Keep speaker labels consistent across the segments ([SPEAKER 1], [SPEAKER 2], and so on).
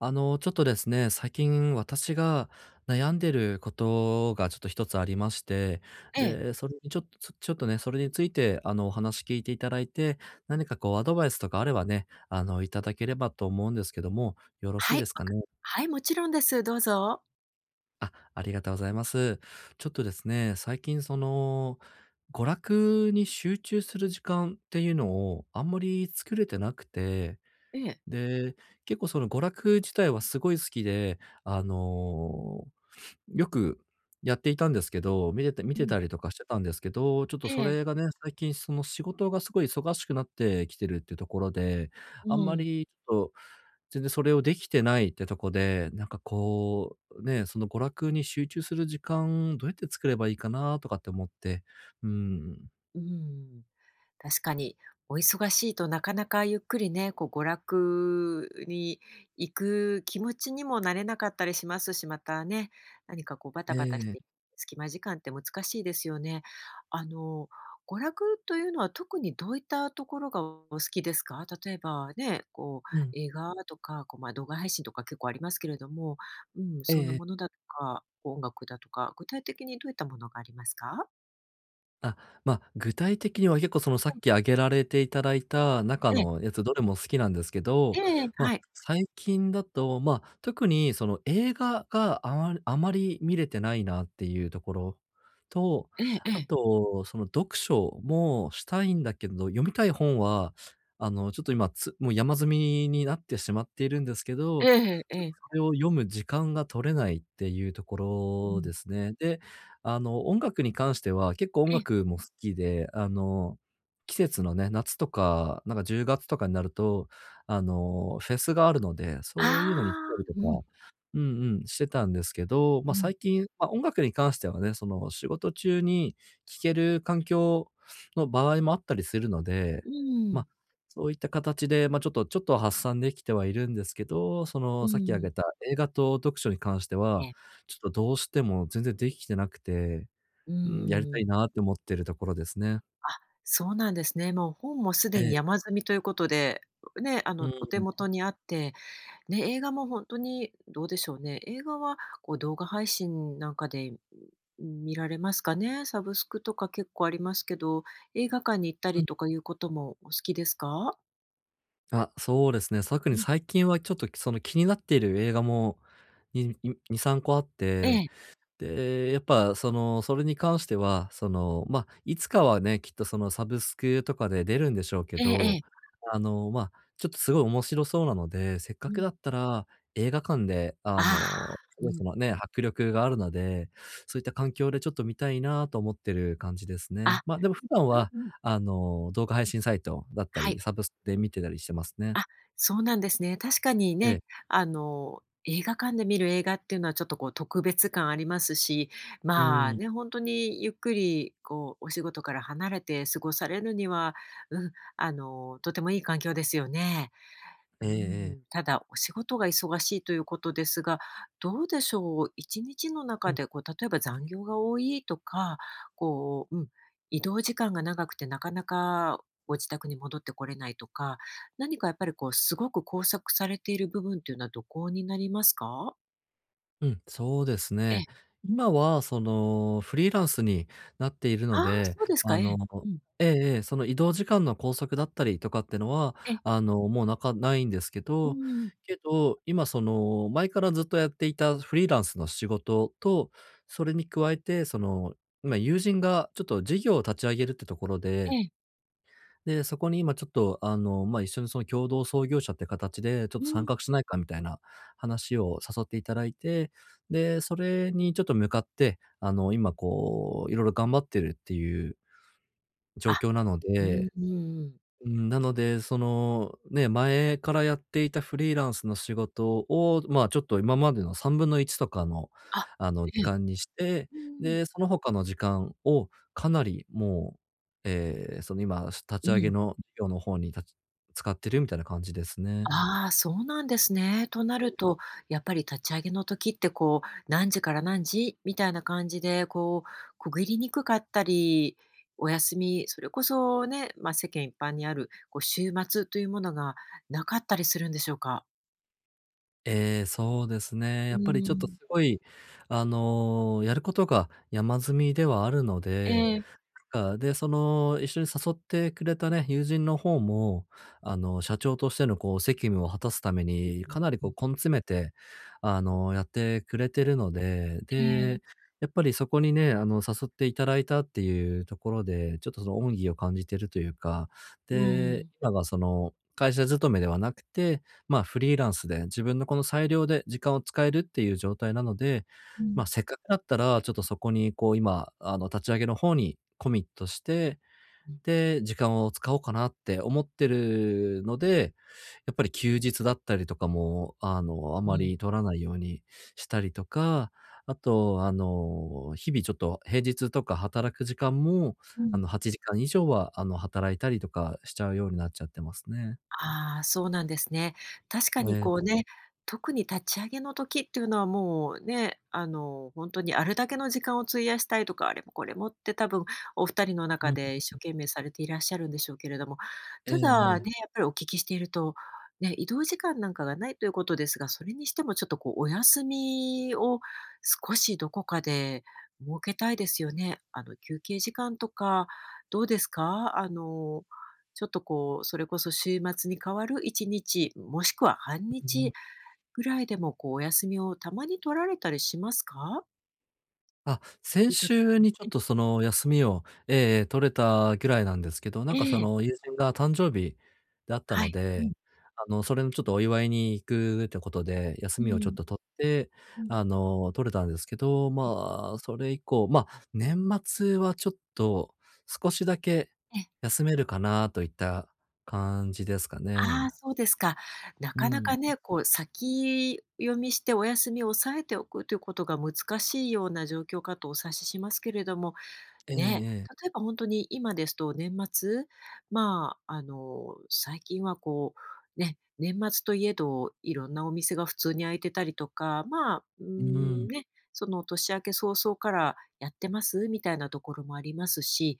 [SPEAKER 1] ちょっとですね、最近私が悩んでることがちょっと一つありまして、
[SPEAKER 2] ええ、
[SPEAKER 1] で、それにちょっと、ちょっとね、それについて、お話聞いていただいて、何かこう、アドバイスとかあればね、いただければと思うんですけども、よろしい
[SPEAKER 2] は
[SPEAKER 1] で
[SPEAKER 2] い、
[SPEAKER 1] す
[SPEAKER 2] わ
[SPEAKER 1] か
[SPEAKER 2] か
[SPEAKER 1] ね。
[SPEAKER 2] はい、もちろんです。どうぞ。
[SPEAKER 1] あ、ありがとうございます。ちょっとですね、最近その、娯楽に集中する時間っていうのをあんまり作れてなくて、
[SPEAKER 2] ええ。
[SPEAKER 1] で、結構その娯楽自体はすごい好きで、よくやっていたんですけど、見
[SPEAKER 2] う
[SPEAKER 1] てた
[SPEAKER 2] ん。
[SPEAKER 1] りとかしてたんですけど、ちょっと
[SPEAKER 2] え
[SPEAKER 1] そ
[SPEAKER 2] え。
[SPEAKER 1] れがね、最近その仕事がすごい忙しくなってきてるっていうところで、
[SPEAKER 2] う
[SPEAKER 1] あんま
[SPEAKER 2] ん。
[SPEAKER 1] りちょっと全然それをできてないってとこで、なんかこう、ね、その娯楽に集中する時間どうやって作ればいいかなとかって思って、うん。
[SPEAKER 2] うん。確かに、お忙しいとなかなかゆっくりね、こう娯楽に行く気持ちにもなれなかったりしますし、またね、何かこうバタ
[SPEAKER 1] え
[SPEAKER 2] バタし
[SPEAKER 1] え。
[SPEAKER 2] て、隙間時間って難しいですよね。あの、娯楽というのは特にどういったところがお好きですか？例えばね、こう
[SPEAKER 1] うん。
[SPEAKER 2] 映画とか、こう、ま、動画配信とか結構ありますけれども、うん、
[SPEAKER 1] ええ
[SPEAKER 2] そんな
[SPEAKER 1] え
[SPEAKER 2] もの
[SPEAKER 1] え。
[SPEAKER 2] だとか、音楽だとか、具体的にどういったものがありますか？
[SPEAKER 1] あ、まあ、具体的には結構そのさっき挙げられていただいた中
[SPEAKER 2] ええ、
[SPEAKER 1] のやつどれも好きなんですけど、
[SPEAKER 2] ええ、ええ、
[SPEAKER 1] まあ、
[SPEAKER 2] はい。
[SPEAKER 1] 最近だと、ま、あ特にその映画があまり見れてないなっていうところと、
[SPEAKER 2] えええ
[SPEAKER 1] あ
[SPEAKER 2] え。
[SPEAKER 1] と、その読書もしたいんだけど、読みたい本は、ちょっと今つもう山積みになってしまっているんですけ
[SPEAKER 2] え
[SPEAKER 1] ど、
[SPEAKER 2] えええ。
[SPEAKER 1] それを読む時間が取れないっていうとこ
[SPEAKER 2] う
[SPEAKER 1] ろ
[SPEAKER 2] ん。
[SPEAKER 1] ですね。で、音楽に関しては、結構音
[SPEAKER 2] ええ。
[SPEAKER 1] 楽も好きで、季節のね、夏とか、なんか10月とかになると、フェスがあるので、
[SPEAKER 2] あ
[SPEAKER 1] そういうのに行っ
[SPEAKER 2] あ、
[SPEAKER 1] たりと
[SPEAKER 2] うん、
[SPEAKER 1] か、うんうん、してたんですけど、
[SPEAKER 2] う
[SPEAKER 1] ま、
[SPEAKER 2] ん、
[SPEAKER 1] 最近、ま、音楽に関してはね、その、仕事中に聴ける環境の場合もあったりするので、
[SPEAKER 2] うー
[SPEAKER 1] ま、
[SPEAKER 2] ん、
[SPEAKER 1] そういった形で、ま、ちょっとは発散できてはいるんですけど、その、
[SPEAKER 2] う
[SPEAKER 1] さっき挙
[SPEAKER 2] ーん。
[SPEAKER 1] げた映画と読書に関しては、
[SPEAKER 2] え
[SPEAKER 1] ちょっとどうしても全然できてなくて、
[SPEAKER 2] う
[SPEAKER 1] うん、やり
[SPEAKER 2] ー
[SPEAKER 1] たい
[SPEAKER 2] ん。
[SPEAKER 1] なって思ってるところですね。
[SPEAKER 2] そうなんですね。もう本もす
[SPEAKER 1] え
[SPEAKER 2] でに
[SPEAKER 1] え。
[SPEAKER 2] 山積みということで、ね、あ
[SPEAKER 1] う
[SPEAKER 2] の、お手
[SPEAKER 1] ん、
[SPEAKER 2] 元にあって、ね、映画もほんとにどうでしょうね。映画はこう動画配信なんかで、見られますかね？サブスクとか結構ありますけど、映画館に行った
[SPEAKER 1] うん。
[SPEAKER 2] りとかいうこともお好きですか？
[SPEAKER 1] あ、そうですね。特に
[SPEAKER 2] うん。
[SPEAKER 1] 最近はちょっとその気になっている映画も、に2、3個あっ
[SPEAKER 2] え
[SPEAKER 1] て
[SPEAKER 2] え、
[SPEAKER 1] で、やっぱその、それに関しては、その、ま、あいつかはね、きっとそのサブスクとかで出るんでしょうけ
[SPEAKER 2] えええ
[SPEAKER 1] ど、
[SPEAKER 2] え。
[SPEAKER 1] ま、あちょっとすごい面白そうなので、せっ
[SPEAKER 2] う
[SPEAKER 1] かく
[SPEAKER 2] ん。
[SPEAKER 1] だったら映画館で、
[SPEAKER 2] ああ、
[SPEAKER 1] す
[SPEAKER 2] う
[SPEAKER 1] ごい
[SPEAKER 2] ん。
[SPEAKER 1] そのね、迫力があるので、そういった環境でちょっと見たいなと思ってる感じです
[SPEAKER 2] あ、
[SPEAKER 1] ね。ま、あでも普段
[SPEAKER 2] う
[SPEAKER 1] は、
[SPEAKER 2] んうん。
[SPEAKER 1] 動画配信サイトだった
[SPEAKER 2] は
[SPEAKER 1] り、
[SPEAKER 2] い。
[SPEAKER 1] サブスクで見てたりしてますね。
[SPEAKER 2] あ、そうなんですね。確かに
[SPEAKER 1] え
[SPEAKER 2] ね、
[SPEAKER 1] え。
[SPEAKER 2] あの、映画館で見る映画っていうのはちょっとこう特別感ありますし、
[SPEAKER 1] う
[SPEAKER 2] まあ
[SPEAKER 1] ん。
[SPEAKER 2] ね、本当にゆっくりこうお仕事から離れて過ごされるには、うん、あの、とてもいい環境ですよね。う
[SPEAKER 1] ええええ。
[SPEAKER 2] ん、ただ、お仕事が忙しいということですが、どうでしょう、1日の
[SPEAKER 1] う
[SPEAKER 2] 中
[SPEAKER 1] ん。
[SPEAKER 2] で、こう、例えば残業が多いとか、こう、うん、移動時間が長くてなかなかご自宅に戻ってこれないとか、何かやっぱり、こう、すごく拘束されている部分というのはどこになりますか？
[SPEAKER 1] うん、そうです
[SPEAKER 2] ええ。
[SPEAKER 1] ね。今はそのフリーランスになっているの
[SPEAKER 2] ああ、
[SPEAKER 1] で、
[SPEAKER 2] そうです
[SPEAKER 1] あ
[SPEAKER 2] か、え
[SPEAKER 1] の
[SPEAKER 2] え。うん。
[SPEAKER 1] ええええ、その移動時間の拘束だったりとかってのは、
[SPEAKER 2] ええ。
[SPEAKER 1] もうなかないんですけ
[SPEAKER 2] う
[SPEAKER 1] ど、
[SPEAKER 2] んうん。
[SPEAKER 1] けど、今その前からずっとやっていたフリーランスの仕事と、それに加えて、その、今友人がちょっと事業を立ち上げるってところで
[SPEAKER 2] ええ。
[SPEAKER 1] で、そこに今ちょっと、まあ、一緒にその共同創業者って形で、ちょっ
[SPEAKER 2] う
[SPEAKER 1] と参画
[SPEAKER 2] ん。
[SPEAKER 1] しないかみたいな話を誘っていただいて、で、それにちょっと向かって、今こう、いろいろ頑張ってるっていう状
[SPEAKER 2] あ、
[SPEAKER 1] 況なの
[SPEAKER 2] う
[SPEAKER 1] で、
[SPEAKER 2] ーん。
[SPEAKER 1] うん、なので、その、ね、前からやっていたフリーランスの仕事を、まあ、ちょっと今までの1/3とかの、
[SPEAKER 2] あ、え
[SPEAKER 1] 時
[SPEAKER 2] え。
[SPEAKER 1] 間にして、
[SPEAKER 2] うん。
[SPEAKER 1] で、その他の時間をかなりもう、その今立
[SPEAKER 2] う
[SPEAKER 1] ち上げ
[SPEAKER 2] ん。
[SPEAKER 1] の事業の方に立ち使ってるみたいな感じですね。
[SPEAKER 2] ああ、そうなんですね。となると、やっぱり立ち上げの時って、こう、何時から何時みたいな感じで、こう、区切りにくかったり、お休み、それこそね、まあ、世間一般にある、こう、週末というものがなかったりするんでしょうか？
[SPEAKER 1] ええ、そうですね。や
[SPEAKER 2] う
[SPEAKER 1] っぱりちょっとす
[SPEAKER 2] ん。
[SPEAKER 1] ごい、やることが山積みではあるの
[SPEAKER 2] え
[SPEAKER 1] で、
[SPEAKER 2] え。
[SPEAKER 1] なんか、で、その、一緒に誘ってくれたね、友人の方も、社長としてのこう責務を果たすために、かなりこう根詰めて、やってくれてるので、
[SPEAKER 2] え
[SPEAKER 1] で、
[SPEAKER 2] え。
[SPEAKER 1] やっぱりそこにね、誘っていただいたっていうところで、ちょっとその恩義を感じてるというか、で、
[SPEAKER 2] ん。
[SPEAKER 1] 今がその、会社勤めではなくて、まあ、フリーランスで、自分のこの裁量で時間を使えるっていう状態なので、
[SPEAKER 2] う
[SPEAKER 1] まあ、
[SPEAKER 2] ん。
[SPEAKER 1] せっかくだったら、ちょっとそこにこう今、立ち上げの方にコミットして、
[SPEAKER 2] うん。
[SPEAKER 1] で、時間を使おうかなって思ってるので、やっぱり休日だったりとかも、あ
[SPEAKER 2] う
[SPEAKER 1] ま
[SPEAKER 2] ん。
[SPEAKER 1] り取らないようにしたりとか、あと、日々ちょっと平日とか働く時間も、
[SPEAKER 2] うん。
[SPEAKER 1] 8時間以上は、働いたりとかしちゃうようになっちゃってますね。
[SPEAKER 2] ああ、そうなんですね。確かに
[SPEAKER 1] え
[SPEAKER 2] こう
[SPEAKER 1] え、
[SPEAKER 2] ね、特に立ち上げの時っていうのはもうね、あの、本当にあれだけの時間を費やしたいとか、あれもこれもって多分お二人の
[SPEAKER 1] う
[SPEAKER 2] 中
[SPEAKER 1] ん、
[SPEAKER 2] で一生懸命されていらっしゃるんでしょうけれども、
[SPEAKER 1] ええ
[SPEAKER 2] ただ
[SPEAKER 1] え
[SPEAKER 2] ね、
[SPEAKER 1] え。
[SPEAKER 2] やっぱりお聞きしていると、ね、移動時間なんかがないということですが、それにしてもちょっとこうお休みを少しどこかで設けたいですよね。あの、休憩時間とかどうですか？あのちょっとこう、それこそ週末に変わる1日、もしくは半
[SPEAKER 1] うん。
[SPEAKER 2] 日ぐらいでもこうお休みをたまに取られたりしますか？
[SPEAKER 1] あ、先
[SPEAKER 2] 意図的
[SPEAKER 1] 週
[SPEAKER 2] に
[SPEAKER 1] にちょっ
[SPEAKER 2] ね。
[SPEAKER 1] とその休みを、ええ取れたぐらいなんですけど、なん
[SPEAKER 2] え
[SPEAKER 1] かそ
[SPEAKER 2] え、
[SPEAKER 1] の友人が誕生日であった
[SPEAKER 2] は
[SPEAKER 1] の
[SPEAKER 2] い。う
[SPEAKER 1] で、
[SPEAKER 2] ん、
[SPEAKER 1] それのちょっとお祝いに行くってことで、休
[SPEAKER 2] う
[SPEAKER 1] みをちょっ
[SPEAKER 2] ん、
[SPEAKER 1] と取って、
[SPEAKER 2] うん。
[SPEAKER 1] 取れたんですけど、
[SPEAKER 2] え
[SPEAKER 1] まあ、それ以降、まあ、年末はちょっと少しだけ
[SPEAKER 2] え、ええ。
[SPEAKER 1] 休めるかなといった感じですか
[SPEAKER 2] あ
[SPEAKER 1] ね。
[SPEAKER 2] あ、そうですか。な
[SPEAKER 1] う
[SPEAKER 2] かなか
[SPEAKER 1] ん。
[SPEAKER 2] ね、こう先読みしてお休みを抑えておくということが難しいような状況かとお察ししますけれども、
[SPEAKER 1] ええ
[SPEAKER 2] ね、
[SPEAKER 1] ええ。
[SPEAKER 2] 例えば本当に今ですと年末、まあ、あの、最近はこう、ね、年末といえど、いろんなお店が普通に開いてたりとか、まあ、うー
[SPEAKER 1] う
[SPEAKER 2] ん、
[SPEAKER 1] ん。
[SPEAKER 2] ね、その年明け早々からやってますみたいなところもありますし、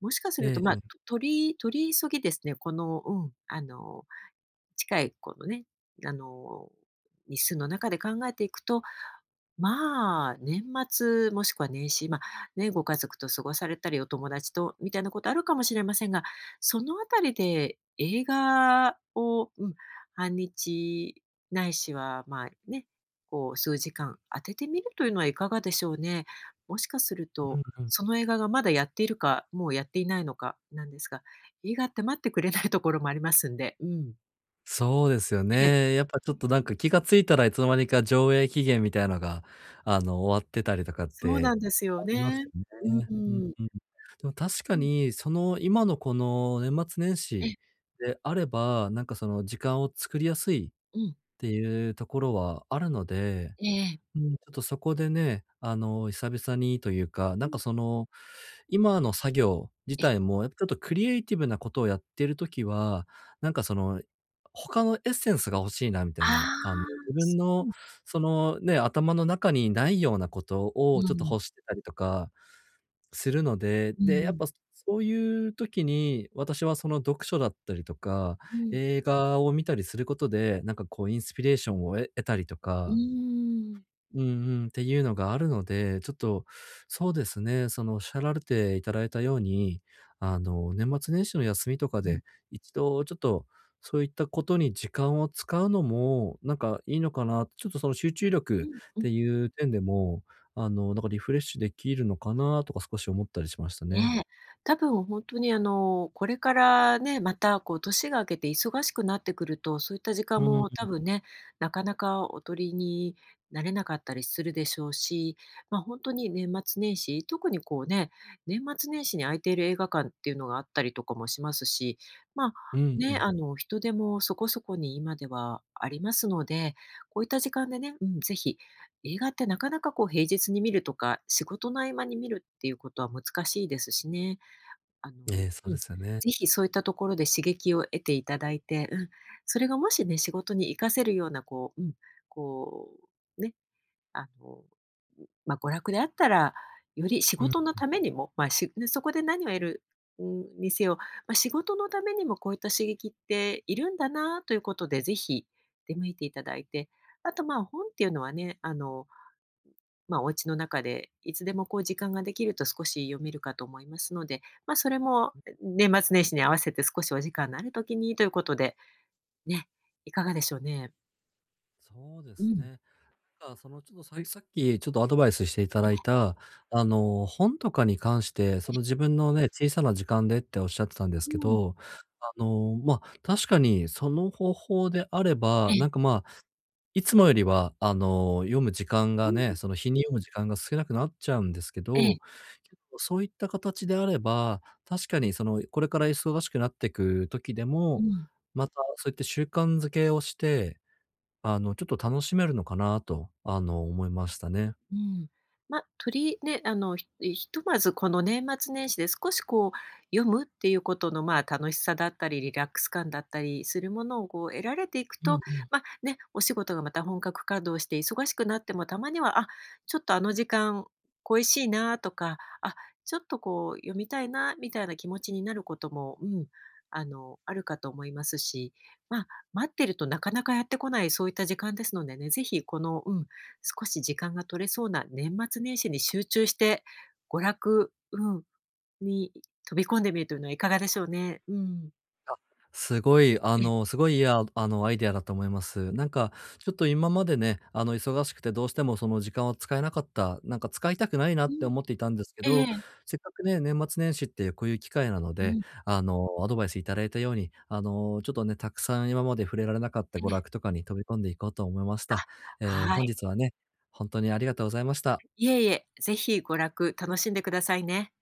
[SPEAKER 2] もしかする
[SPEAKER 1] え
[SPEAKER 2] と、まあ、
[SPEAKER 1] え。
[SPEAKER 2] と取り取り急ぎですね、この、うん、あの、近いこのね、あの、日数の中で考えていくと、まあ、年末もしくは年始、ま、ね、ご家族と過ごされたり、お友達とみたいなことあるかもしれませんが、そのあたりで映画を、うん、半日ないしは、まあ、ね、こう数時間当ててみるというのはいかがでしょうね。もしかする
[SPEAKER 1] う
[SPEAKER 2] と、
[SPEAKER 1] んうん。
[SPEAKER 2] その映画がまだやっているか、もうやっていないのかなんですが、映画って待ってくれないところもありますんで、うん。
[SPEAKER 1] そうですよ
[SPEAKER 2] ええ、
[SPEAKER 1] ね。やっぱちょっとなんか気がついたらいつの間にか上映期限みたいのが、終わってたりとかっ
[SPEAKER 2] そうな
[SPEAKER 1] て
[SPEAKER 2] んです
[SPEAKER 1] あ
[SPEAKER 2] よ
[SPEAKER 1] ります
[SPEAKER 2] ね。
[SPEAKER 1] よね。
[SPEAKER 2] う
[SPEAKER 1] うん
[SPEAKER 2] ん。
[SPEAKER 1] うん。でも確か
[SPEAKER 2] うん、
[SPEAKER 1] に、その、今のこの年末年
[SPEAKER 2] え
[SPEAKER 1] 始
[SPEAKER 2] え、
[SPEAKER 1] であれば、なんかその時間を作りやすいっ
[SPEAKER 2] うん、
[SPEAKER 1] ていうところはあるので、
[SPEAKER 2] ええ。
[SPEAKER 1] うん、ちょっとそこでね、久々にというか、
[SPEAKER 2] う
[SPEAKER 1] なんか
[SPEAKER 2] ん。
[SPEAKER 1] その今の作業自
[SPEAKER 2] え、
[SPEAKER 1] 体も、やっぱちょっとクリエイティブなことをやってるときは、なんかその、他のエッセンスが欲しいなみたい
[SPEAKER 2] あ
[SPEAKER 1] な、自
[SPEAKER 2] あ、
[SPEAKER 1] 分
[SPEAKER 2] す
[SPEAKER 1] の
[SPEAKER 2] うん、
[SPEAKER 1] そのね、頭の中にないようなことを
[SPEAKER 2] う
[SPEAKER 1] ちょっと
[SPEAKER 2] ん、
[SPEAKER 1] 欲してたりとかするので、
[SPEAKER 2] う
[SPEAKER 1] で、やっ
[SPEAKER 2] ん、
[SPEAKER 1] ぱそういう時に、私はその読書だったりとか、
[SPEAKER 2] うん。
[SPEAKER 1] 映画を見たりすることで、なんかこうインスピレーションを得たりと
[SPEAKER 2] うー
[SPEAKER 1] か
[SPEAKER 2] ん。
[SPEAKER 1] うんうん、っていうのがあるので、ちょっと、そうですね、そのおっしゃられていただいたように、年末年始の休みとか
[SPEAKER 2] うん、
[SPEAKER 1] で、一度ちょっと、そういったことに時間を使うのも、なんかいいのかな、ちょっとその集中
[SPEAKER 2] う
[SPEAKER 1] 力
[SPEAKER 2] ん
[SPEAKER 1] っ
[SPEAKER 2] う
[SPEAKER 1] て
[SPEAKER 2] ん。
[SPEAKER 1] いう点でも、なんかリフレッシュできるのかなとか少し思ったりしましたね。
[SPEAKER 2] ねえ、多分本当にあの、これからね、またこう年が明けて忙しくなってくると、そういった時
[SPEAKER 1] う
[SPEAKER 2] 間
[SPEAKER 1] ん、
[SPEAKER 2] も多分ね、なかなかお取りになれなかったりするでしょうし、ま、あ本当に年末年始、特にこうね、年末年始に空いている映画館っていうのがあったりとかもしますし、ま、
[SPEAKER 1] うんう
[SPEAKER 2] ね、
[SPEAKER 1] ん。
[SPEAKER 2] あの人手もそこそこに今ではありますので、こういった時間でね、うん、ぜひ映画ってなかなかこう平日に見るとか、仕事の合間に見るっていうことは難しいですしね。あの、
[SPEAKER 1] ええ、そう
[SPEAKER 2] うん、
[SPEAKER 1] で
[SPEAKER 2] ぜ
[SPEAKER 1] すよね。
[SPEAKER 2] ひそういったところで刺激を得ていただいて、うん、それがもしね、仕事に活かせるようなこう、うん、こう、ね、あの、まあ、娯楽であったら、より仕
[SPEAKER 1] うん、
[SPEAKER 2] 事のためにも、ま、しね、そこで何を得る、うん、にせよ、まあ、仕事のためにもこういった刺激っているんだなということで、ぜひ出向いていただいて、あと、ま、本っていうのはね、あの、まあ、お家の中でいつでもこう時間ができると少し読めるかと思いますので、まあ、それも年末年始に合わせて少しお時間のある時にということで、ね、いかがでしょうね？
[SPEAKER 1] そうで
[SPEAKER 2] う
[SPEAKER 1] す
[SPEAKER 2] ん。
[SPEAKER 1] ね。あ、そのちょっとさっきちょっとアドバイスしていただいた、本とかに関して、その自分のね、小さな時間でっておっしゃってたんです
[SPEAKER 2] う
[SPEAKER 1] け
[SPEAKER 2] ん。
[SPEAKER 1] ど、まあ、確かにその方法であれば、
[SPEAKER 2] ええ。
[SPEAKER 1] なんか、まあ、いつもよりは、読む時間が
[SPEAKER 2] うん。
[SPEAKER 1] ね、その日に読む時間が少なくなっちゃうんですけ
[SPEAKER 2] え
[SPEAKER 1] ど、
[SPEAKER 2] え。
[SPEAKER 1] そういった形であれば、確かにその、これから忙しくなっていく時で
[SPEAKER 2] う
[SPEAKER 1] も、
[SPEAKER 2] ん。
[SPEAKER 1] またそういった習慣づけをしてちょっと楽しめるのかなと、思いましたね。
[SPEAKER 2] うん。ま、とりね、あの、ひとまずこの年末年始で少しこう読むっていうことの、まあ、楽しさだったり、リラックス感だったりするものをこう得られていく
[SPEAKER 1] うんう
[SPEAKER 2] と、
[SPEAKER 1] ん。
[SPEAKER 2] ま、ね、お仕事がまた本格稼働して忙しくなってもたまには、あ、ちょっとあの時間恋しいなとか、あ、ちょっとこう読みたいなみたいな気持ちになることも、うん、あの、あるかと思いますし、まあ、待ってるとなかなかやってこないそういった時間ですのでね、ぜひこの、うん、少し時間が取れそうな年末年始に集中して、娯楽うん、に飛び込んでみるというのはいかがでしょうね？うん。
[SPEAKER 1] あ、すごい、
[SPEAKER 2] え、
[SPEAKER 1] アイデアだと思います。なんか、ちょっと今までね、忙しくてどうしてもその時間を使えなかった、なんか使いたくないなって
[SPEAKER 2] う
[SPEAKER 1] 思っていたんですけ
[SPEAKER 2] ん。え
[SPEAKER 1] ど、
[SPEAKER 2] え
[SPEAKER 1] せっかくね、年末年始っていうこういう機会なの
[SPEAKER 2] う
[SPEAKER 1] で、
[SPEAKER 2] ん、
[SPEAKER 1] アドバイスいただいたように、ちょっとね、たくさん今まで触れられなかった
[SPEAKER 2] え
[SPEAKER 1] 娯楽
[SPEAKER 2] え。
[SPEAKER 1] とかに飛び込んでいこうと思いまし
[SPEAKER 2] あ、
[SPEAKER 1] た。
[SPEAKER 2] は
[SPEAKER 1] 本
[SPEAKER 2] い。
[SPEAKER 1] 日はね、本当にありがとうございました。
[SPEAKER 2] いえいえ、ぜひ娯楽楽しんでくださいね。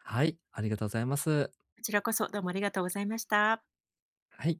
[SPEAKER 1] はい、ありがとうございます。
[SPEAKER 2] こちらこそどうもありがとうございました。
[SPEAKER 1] はい。